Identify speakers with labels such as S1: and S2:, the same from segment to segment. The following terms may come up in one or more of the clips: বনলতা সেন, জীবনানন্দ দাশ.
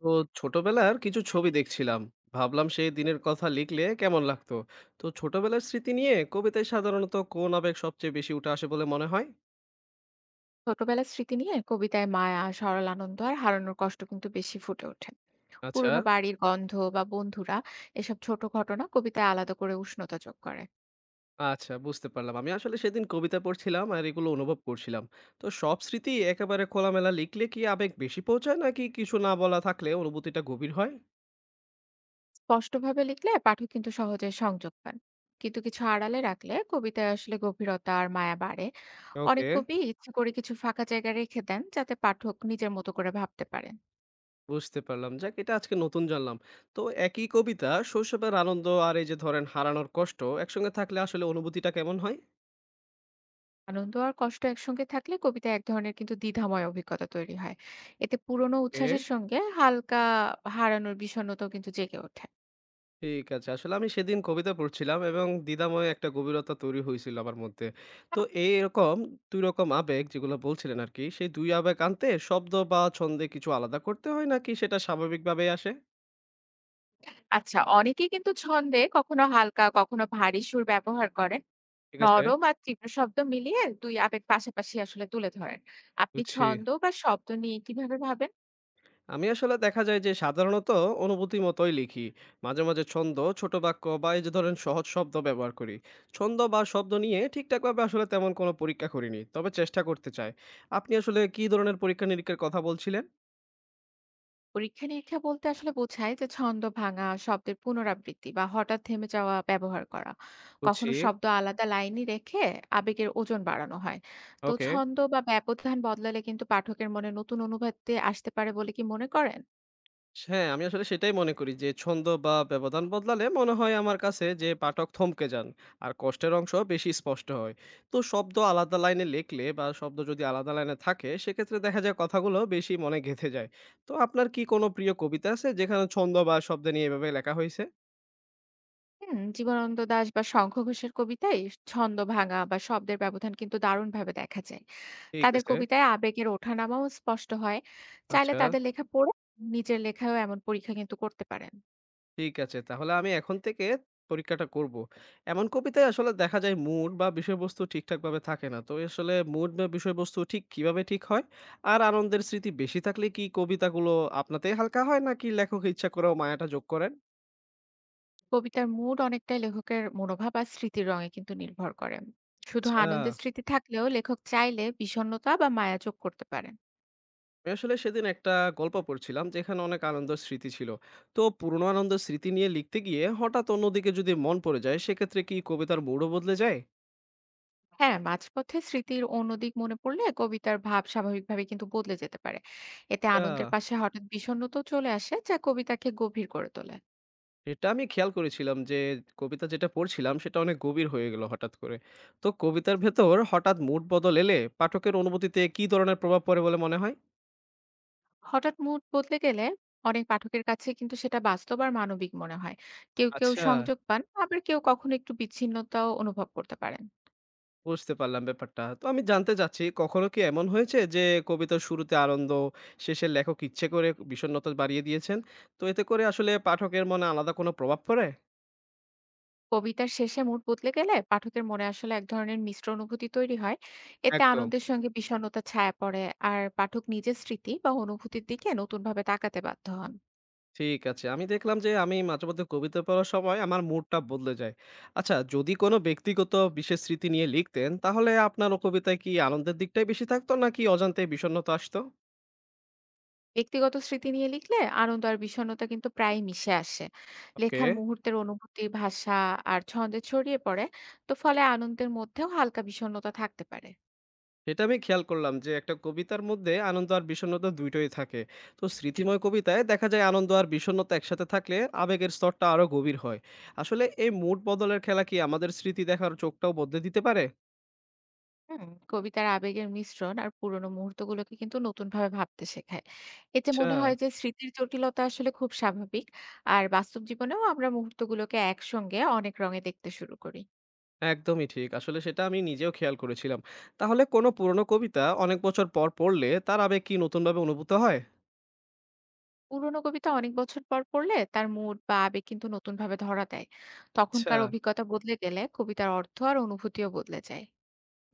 S1: তো ছোটবেলার কিছু ছবি দেখছিলাম। ভাবলাম সেই দিনের কথা লিখলে কেমন লাগতো। তো ছোটবেলার স্মৃতি নিয়ে কবিতায় সাধারণত কোন আবেগ সবচেয়ে বেশি উঠে আসে বলে মনে হয়?
S2: ছোটবেলার স্মৃতি নিয়ে কবিতায় মায়া, সরল আনন্দ আর হারানোর কষ্ট কিন্তু বেশি ফুটে ওঠে।
S1: আচ্ছা।
S2: পুরোনো বাড়ির গন্ধ বা বন্ধুরা এসব ছোট ঘটনা কবিতায় আলাদা করে উষ্ণতা যোগ করে।
S1: আচ্ছা, বুঝতে পারলাম। আমি আসলে সেদিন কবিতা পড়ছিলাম আর এগুলো অনুভব করছিলাম। তো সব স্মৃতি একেবারে খোলামেলা লিখলে কি আবেগ বেশি পৌঁছায় নাকি কিছু না বলা থাকলে অনুভূতিটা গভীর হয়?
S2: স্পষ্টভাবে লিখলে পাঠক কিন্তু সহজে সংযোগ পান। কিন্তু কিছু আড়ালে রাখলে কবিতায় আসলে গভীরতা আর মায়া বাড়ে। অনেক
S1: ওকে।
S2: কবি ইচ্ছে করে কিছু ফাঁকা জায়গা রেখে দেন যাতে পাঠক নিজের মতো করে ভাবতে পারেন।
S1: বুঝতে পারলাম, যাক এটা আজকে নতুন জানলাম। তো একই কবিতা শৈশবের আনন্দ আর এই যে ধরেন হারানোর কষ্ট একসঙ্গে থাকলে আসলে অনুভূতিটা কেমন হয়?
S2: আনন্দ আর কষ্ট একসঙ্গে থাকলে কবিতায় এক ধরনের কিন্তু দ্বিধাময় অভিজ্ঞতা তৈরি হয়। এতে পুরনো
S1: ওকে।
S2: উচ্ছ্বাসের সঙ্গে হালকা হারানোর বিষণ্ণতাও কিন্তু জেগে ওঠে।
S1: ঠিক আছে। আসলে আমি সেদিন কবিতা পড়ছিলাম এবং দ্বিধাময় একটা গভীরতা তৈরি হইছিল আমার মধ্যে। তো এইরকম ২ রকম আবেগ যেগুলো বলছিলেন আরকি, সেই ২ আবেগ আনতে শব্দ বা ছন্দে কিছু আলাদা করতে হয় নাকি সেটা স্বাভাবিকভাবেই আসে?
S2: আচ্ছা, অনেকেই কিন্তু ছন্দে কখনো হালকা কখনো ভারী সুর ব্যবহার করেন।
S1: ঠিক আছে,
S2: নরম আর তীব্র শব্দ মিলিয়ে দুই আবেগ পাশাপাশি আসলে তুলে ধরেন। আপনি
S1: বুঝছি।
S2: ছন্দ বা শব্দ নিয়ে কিভাবে ভাবেন?
S1: আমি আসলে দেখা যায় যে সাধারণত অনুভূতি মতোই লিখি। মাঝে, মাঝে ছন্দ, ছোট বাক্য বা এই যে ধরেন সহজ শব্দ ব্যবহার করি। ছন্দ বা শব্দ নিয়ে ঠিকঠাকভাবে আসলে তেমন কোনো পরীক্ষা করিনি। তবে চেষ্টা করতে চাই। আপনি আসলে কি ধরনের পরীক্ষা-নিরীক্ষার কথা বলছিলেন?
S2: পরীক্ষা নিরীক্ষা বলতে আসলে বোঝায় যে ছন্দ ভাঙা, শব্দের পুনরাবৃত্তি বা হঠাৎ থেমে যাওয়া ব্যবহার করা।
S1: বুঝছি।
S2: কখনো শব্দ আলাদা লাইনই রেখে আবেগের ওজন বাড়ানো হয়। তো
S1: ওকে।
S2: ছন্দ বা ব্যবধান বদলালে কিন্তু পাঠকের মনে নতুন অনুভূতি আসতে পারে বলে কি মনে করেন?
S1: হ্যাঁ, আমি আসলে সেটাই মনে করি যে ছন্দ বা ব্যবধান বদলালে মনে হয় আমার কাছে যে পাঠক থমকে যান আর কষ্টের অংশ বেশি স্পষ্ট হয়। তো শব্দ আলাদা লাইনে লিখলে বা শব্দ যদি আলাদা লাইনে থাকে সেক্ষেত্রে দেখা যায় কথাগুলো বেশি মনে গেঁথে যায়। তো আপনার কি কোনো প্রিয় কবিতা আছে যেখানে ছন্দ বা শব্দ নিয়ে এভাবে লেখা হয়েছে?
S2: জীবনানন্দ দাশ বা শঙ্খ ঘোষের কবিতায় ছন্দ ভাঙা বা শব্দের ব্যবধান কিন্তু দারুণভাবে দেখা যায়।
S1: ঠিক
S2: তাদের
S1: আছে।
S2: কবিতায় আবেগের ওঠানামাও স্পষ্ট হয়। চাইলে
S1: আচ্ছা।
S2: তাদের লেখা পড়ে নিজের লেখায়ও এমন পরীক্ষা কিন্তু করতে পারেন।
S1: ঠিক আছে। তাহলে আমি এখন থেকে পরীক্ষাটা করব। এমন কবিতায় আসলে দেখা যায় মুড বা বিষয়বস্তু ঠিকঠাকভাবে থাকে না। তো আসলে মুড বা বিষয়বস্তু ঠিক কিভাবে ঠিক হয়? আর আনন্দের স্মৃতি বেশি থাকলে কি কবিতাগুলো আপনাতেই হালকা হয় নাকি লেখক ইচ্ছা করেও মায়াটা যোগ করেন?
S2: কবিতার মুড অনেকটাই লেখকের মনোভাব আর স্মৃতির রঙে কিন্তু নির্ভর করে। শুধু
S1: আচ্ছা।
S2: আনন্দের স্মৃতি থাকলেও লেখক চাইলে বিষণ্ণতা বা মায়া যোগ করতে পারেন।
S1: আমি আসলে সেদিন একটা গল্প পড়ছিলাম যেখানে অনেক আনন্দের স্মৃতি ছিল। তো পুরনো আনন্দের স্মৃতি নিয়ে লিখতে গিয়ে হঠাৎ অন্যদিকে যদি মন পড়ে যায় সেক্ষেত্রে কি কবিতার মুডও বদলে যায়?
S2: হ্যাঁ, মাঝপথে স্মৃতির অন্য দিক মনে পড়লে কবিতার ভাব স্বাভাবিকভাবে কিন্তু বদলে যেতে পারে। এতে
S1: আচ্ছা।
S2: আনন্দের পাশে হঠাৎ বিষণ্ণতা চলে আসে, যা কবিতাকে গভীর করে তোলে।
S1: এটা আমি খেয়াল করেছিলাম যে, কবিতা যেটা পড়ছিলাম সেটা অনেক গভীর হয়ে গেল হঠাৎ করে। তো কবিতার ভেতর হঠাৎ মুড বদল এলে পাঠকের অনুভূতিতে কি ধরনের প্রভাব পড়ে বলে মনে হয়?
S2: হঠাৎ মুড বদলে গেলে অনেক পাঠকের কাছে কিন্তু সেটা বাস্তব আর মানবিক মনে হয়। কেউ কেউ
S1: আচ্ছা।
S2: সংযোগ পান, আবার কেউ কখনো একটু বিচ্ছিন্নতাও অনুভব করতে পারেন।
S1: বুঝতে পারলাম ব্যাপারটা। তো আমি জানতে চাচ্ছি কখনো কি এমন হয়েছে যে, কবিতার শুরুতে আনন্দ, শেষে লেখক ইচ্ছে করে বিষণ্ণতা বাড়িয়ে দিয়েছেন? তো এতে করে আসলে পাঠকের মনে আলাদা কোনো প্রভাব পড়ে?
S2: কবিতার শেষে মুড বদলে গেলে পাঠকের মনে আসলে এক ধরনের মিশ্র অনুভূতি তৈরি হয়। এতে
S1: একদম।
S2: আনন্দের সঙ্গে বিষণ্ণতা ছায়া পড়ে আর পাঠক নিজের স্মৃতি বা অনুভূতির দিকে নতুনভাবে তাকাতে বাধ্য হন।
S1: ঠিক আছে। আমি দেখলাম যে আমি মাঝেমধ্যে কবিতা পড়ার সময় আমার মুডটা বদলে যায়। আচ্ছা, যদি কোনো ব্যক্তিগত বিশেষ স্মৃতি নিয়ে লিখতেন তাহলে আপনার ও কবিতায় কি আনন্দের দিকটাই বেশি থাকতো নাকি অজান্তে বিষণ্ণতা আসতো?
S2: ব্যক্তিগত স্মৃতি নিয়ে লিখলে আনন্দ আর বিষণ্ণতা কিন্তু প্রায় মিশে আসে।
S1: ওকে।
S2: লেখার মুহূর্তের অনুভূতি ভাষা আর ছন্দে ছড়িয়ে পড়ে। তো ফলে আনন্দের মধ্যেও হালকা বিষণ্ণতা থাকতে পারে।
S1: সেটা আমি খেয়াল করলাম যে একটা কবিতার মধ্যে আনন্দ আর বিষণ্ণতা ২ টাই থাকে। তো স্মৃতিময় কবিতায় দেখা যায় আনন্দ আর বিষণ্ণতা একসাথে থাকলে আবেগের স্তরটা আরো গভীর হয়। আসলে এই মুড বদলের খেলা কি আমাদের স্মৃতি দেখার চোখটাও বদলে দিতে পারে?
S2: হুম কবিতার আবেগের মিশ্রণ আর পুরোনো মুহূর্তগুলোকে কিন্তু নতুন ভাবে ভাবতে শেখায়। এতে
S1: আচ্ছা।
S2: মনে হয় যে স্মৃতির জটিলতা আসলে খুব স্বাভাবিক আর বাস্তব জীবনেও আমরা মুহূর্তগুলোকে একসঙ্গে অনেক রঙে দেখতে শুরু করি।
S1: একদমই ঠিক। আসলে সেটা আমি নিজেও খেয়াল করেছিলাম। তাহলে কোনো পুরনো কবিতা অনেক বছর পর পড়লে তার আবেগ কি নতুনভাবে অনুভূত হয়?
S2: পুরোনো কবিতা অনেক বছর পর পড়লে তার মুড বা আবেগ কিন্তু নতুন ভাবে ধরা দেয়।
S1: আচ্ছা,
S2: তখনকার অভিজ্ঞতা বদলে গেলে কবিতার অর্থ আর অনুভূতিও বদলে যায়।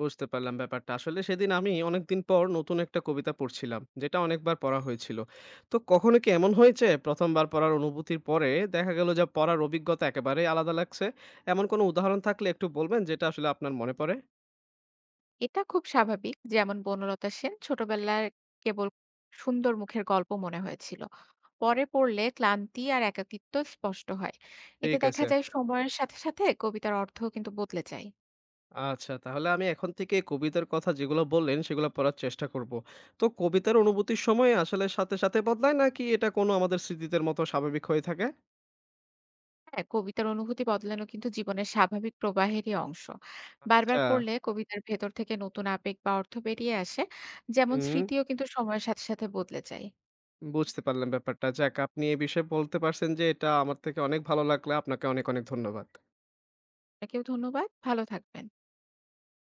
S1: বুঝতে পারলাম ব্যাপারটা। আসলে সেদিন আমি অনেকদিন পর নতুন একটা কবিতা পড়ছিলাম, যেটা অনেকবার পড়া হয়েছিল। তো কখনো কি এমন হয়েছে ১ম বার পড়ার অনুভূতির পরে দেখা গেল যে পড়ার অভিজ্ঞতা একেবারেই আলাদা লাগছে? এমন কোনো উদাহরণ থাকলে একটু বলবেন যেটা আসলে আপনার মনে পড়ে?
S2: এটা খুব স্বাভাবিক। যেমন বনলতা সেন ছোটবেলায় কেবল সুন্দর মুখের গল্প মনে হয়েছিল। পরে পড়লে ক্লান্তি আর একাকিত্ব স্পষ্ট হয়। এতে
S1: ঠিক
S2: দেখা
S1: আছে।
S2: যায় সময়ের সাথে, সাথে কবিতার অর্থও কিন্তু বদলে যায়।
S1: আচ্ছা, তাহলে আমি এখন থেকে কবিতার কথা যেগুলো বললেন, সেগুলো পড়ার চেষ্টা করব। তো কবিতার অনুভূতির সময় আসলে সাথে, সাথে বদলায় নাকি এটা কোনো আমাদের স্মৃতিদের মতো স্বাভাবিক হয়ে থাকে?
S2: হ্যাঁ, কবিতার অনুভূতি বদলানো কিন্তু জীবনের স্বাভাবিক প্রবাহেরই অংশ।
S1: আচ্ছা,
S2: বারবার পড়লে কবিতার ভেতর থেকে নতুন আবেগ বা অর্থ বেরিয়ে আসে। যেমন
S1: হুম,
S2: স্মৃতিও কিন্তু সময়ের সাথে, সাথে বদলে যায়।
S1: বুঝতে পারলাম ব্যাপারটা। যাক, আপনি এ বিষয়ে বলতে পারছেন যে এটা আমার থেকে অনেক ভালো লাগলো। আপনাকে অনেক, অনেক ধন্যবাদ।
S2: আপনাকেও ধন্যবাদ। ভালো থাকবেন।